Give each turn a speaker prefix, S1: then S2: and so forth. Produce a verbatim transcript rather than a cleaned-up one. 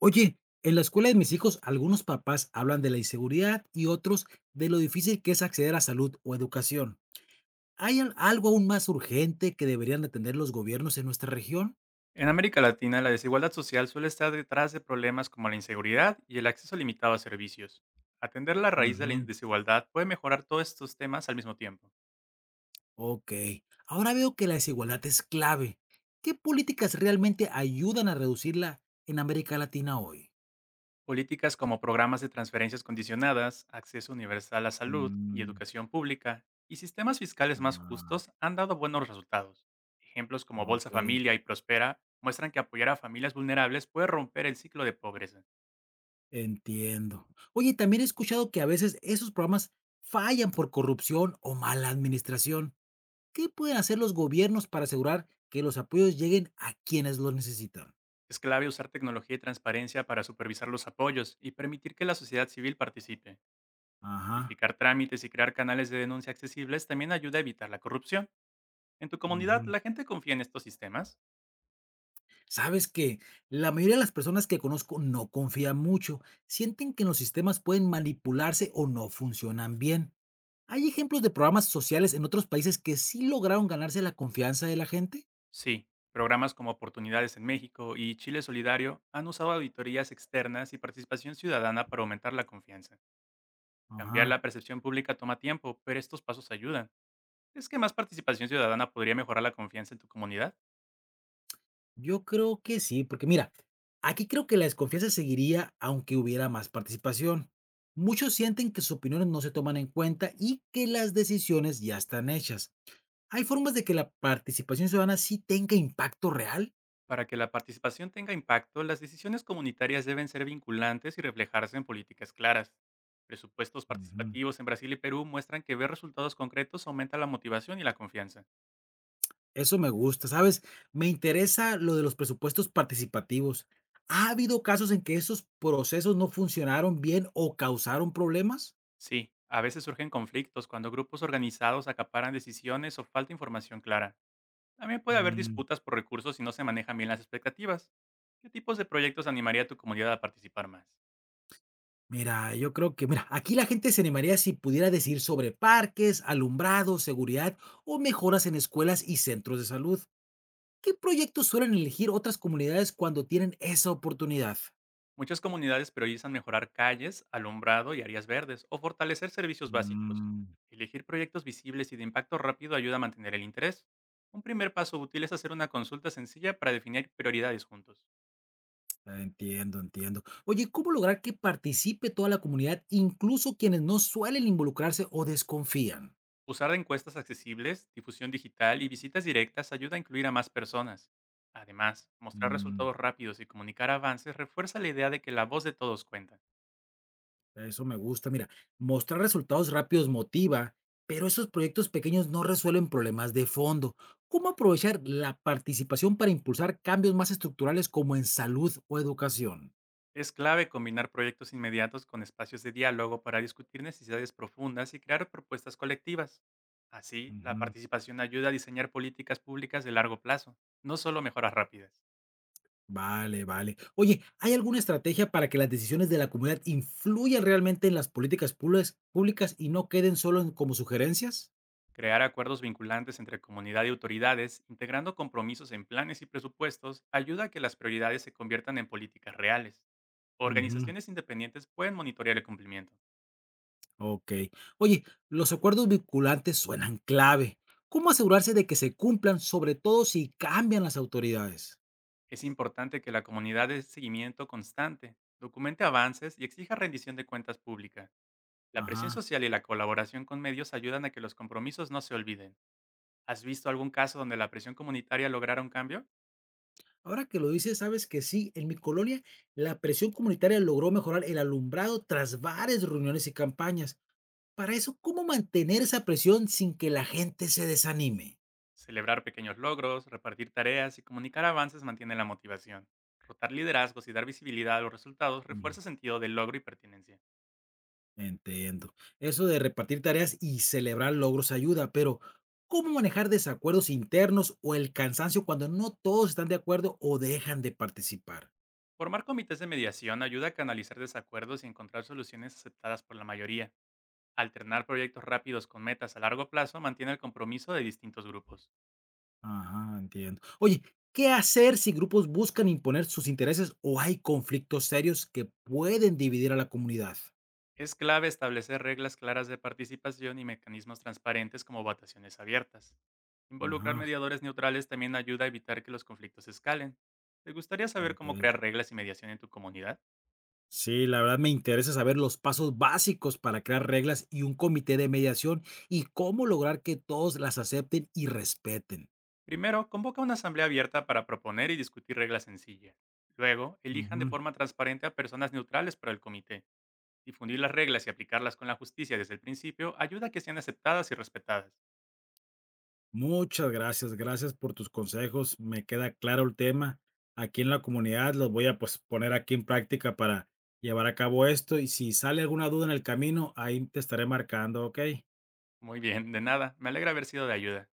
S1: Oye, en la escuela de mis hijos, algunos papás hablan de la inseguridad y otros de lo difícil que es acceder a salud o educación. ¿Hay al- algo aún más urgente que deberían atender los gobiernos en nuestra región?
S2: En América Latina, la desigualdad social suele estar detrás de problemas como la inseguridad y el acceso limitado a servicios. Atender la raíz de la
S1: Ujú.
S2: in- desigualdad puede mejorar todos estos temas al mismo tiempo.
S1: Ok. Ahora veo que la desigualdad es clave. ¿Qué políticas realmente ayudan a reducirla en América Latina hoy?
S2: Políticas como programas de transferencias condicionadas, acceso universal a salud y
S1: Mm.
S2: educación pública, y sistemas fiscales más
S1: Ah,
S2: justos han dado buenos resultados. Ejemplos como
S1: ok,
S2: Bolsa Familia y Prospera muestran que apoyar a familias vulnerables puede romper el ciclo de pobreza.
S1: entiendo. Oye, también he escuchado que a veces esos programas fallan por corrupción o mala administración. ¿Qué pueden hacer los gobiernos para asegurar que los apoyos lleguen a quienes los necesitan?
S2: Es clave usar tecnología y transparencia para supervisar los apoyos y permitir que la sociedad civil participe.
S1: Ajá.
S2: Simplificar trámites y crear canales de denuncia accesibles también ayuda a evitar la corrupción. ¿En tu comunidad
S1: Ujú.
S2: la gente confía en estos sistemas?
S1: Sabes que la mayoría de las personas que conozco no confían mucho, sienten que los sistemas pueden manipularse o no funcionan bien. ¿Hay ejemplos de programas sociales en otros países que sí lograron ganarse la confianza de la gente?
S2: Sí. Programas como Oportunidades en México y Chile Solidario han usado auditorías externas y participación ciudadana para aumentar la confianza. Cambiar
S1: Ajá.
S2: la percepción pública toma tiempo, pero estos pasos ayudan. ¿Es que más participación ciudadana podría mejorar la confianza en tu comunidad?
S1: Yo creo que sí, porque mira, aquí creo que la desconfianza seguiría aunque hubiera más participación. Muchos sienten que sus opiniones no se toman en cuenta y que las decisiones ya están hechas. Hay formas de que la participación ciudadana sí tenga impacto real.
S2: Para que la participación tenga impacto, las decisiones comunitarias deben ser vinculantes y reflejarse en políticas claras. Presupuestos
S1: Ujú.
S2: participativos en Brasil y Perú muestran que ver resultados concretos aumenta la motivación y la confianza.
S1: Eso me gusta, ¿sabes? Me interesa lo de los presupuestos participativos. ¿Ha habido casos en que esos procesos no funcionaron bien o causaron problemas?
S2: Sí, a veces surgen conflictos cuando grupos organizados acaparan decisiones o falta información clara. También puede haber disputas por recursos si no se manejan bien las expectativas. ¿Qué tipos de proyectos animaría a tu comunidad a participar más?
S1: Mira, yo creo que, mira, aquí la gente se animaría si pudiera decir sobre parques, alumbrado, seguridad o mejoras en escuelas y centros de salud. ¿Qué proyectos suelen elegir otras comunidades cuando tienen esa oportunidad?
S2: Muchas comunidades priorizan mejorar calles, alumbrado y áreas verdes o fortalecer servicios básicos.
S1: Mm,
S2: Elegir proyectos visibles y de impacto rápido ayuda a mantener el interés. Un primer paso útil es hacer una consulta sencilla para definir prioridades juntos.
S1: entiendo, entiendo. Oye, ¿cómo lograr que participe toda la comunidad, incluso quienes no suelen involucrarse o desconfían?
S2: Usar encuestas accesibles, difusión digital y visitas directas ayuda a incluir a más personas. Además, mostrar
S1: Mm.
S2: resultados rápidos y comunicar avances refuerza la idea de que la voz de todos cuenta.
S1: Eso me gusta. Mira, mostrar resultados rápidos motiva, pero esos proyectos pequeños no resuelven problemas de fondo. ¿Cómo aprovechar la participación para impulsar cambios más estructurales como en salud o educación?
S2: Es clave combinar proyectos inmediatos con espacios de diálogo para discutir necesidades profundas y crear propuestas colectivas. Así, la
S1: Ujú.
S2: participación ayuda a diseñar políticas públicas de largo plazo, no solo mejoras rápidas.
S1: Vale, vale. Oye, ¿hay alguna estrategia para que las decisiones de la comunidad influyan realmente en las políticas públicas públicas y no queden solo en- como sugerencias?
S2: Crear acuerdos vinculantes entre comunidad y autoridades, integrando compromisos en planes y presupuestos, ayuda a que las prioridades se conviertan en políticas reales.
S1: Ujú.
S2: Organizaciones independientes pueden monitorear el cumplimiento.
S1: Okey. Oye, los acuerdos vinculantes suenan clave. ¿Cómo asegurarse de que se cumplan, sobre todo si cambian las autoridades?
S2: Es importante que la comunidad dé seguimiento constante, documente avances y exija rendición de cuentas públicas. La presión
S1: Ajá.
S2: social y la colaboración con medios ayudan a que los compromisos no se olviden. ¿Has visto algún caso donde la presión comunitaria lograra un cambio?
S1: Ahora que lo dices, sabes que sí, en mi colonia la presión comunitaria logró mejorar el alumbrado tras varias reuniones y campañas. Para eso, ¿cómo mantener esa presión sin que la gente se desanime?
S2: Celebrar pequeños logros, repartir tareas y comunicar avances mantiene la motivación. Rotar liderazgos y dar visibilidad a los resultados refuerza el sentido del logro y pertinencia.
S1: Entiendo. Eso de repartir tareas y celebrar logros ayuda, pero ¿cómo manejar desacuerdos internos o el cansancio cuando no todos están de acuerdo o dejan de participar?
S2: Formar comités de mediación ayuda a canalizar desacuerdos y encontrar soluciones aceptadas por la mayoría. Alternar proyectos rápidos con metas a largo plazo mantiene el compromiso de distintos grupos.
S1: Ajá, entiendo. Oye, ¿qué hacer si grupos buscan imponer sus intereses o hay conflictos serios que pueden dividir a la comunidad?
S2: Es clave establecer reglas claras de participación y mecanismos transparentes como votaciones abiertas. Involucrar
S1: Ajá,
S2: mediadores neutrales también ayuda a evitar que los conflictos escalen. ¿Te gustaría saber cómo
S1: ok.
S2: crear reglas y mediación en tu comunidad?
S1: Sí, la verdad me interesa saber los pasos básicos para crear reglas y un comité de mediación y cómo lograr que todos las acepten y respeten.
S2: Primero, convoca una asamblea abierta para proponer y discutir reglas sencillas. Luego, elijan de
S1: Ujú.
S2: forma transparente a personas neutrales para el comité. Difundir las reglas y aplicarlas con la justicia desde el principio ayuda a que sean aceptadas y respetadas.
S1: Muchas gracias, gracias por tus consejos. Me queda claro el tema. Aquí en la comunidad los voy a pues, poner aquí en práctica para llevar a cabo esto y si sale alguna duda en el camino, ahí te estaré marcando, ¿ok?
S2: Muy bien, de nada. Me alegra haber sido de ayuda.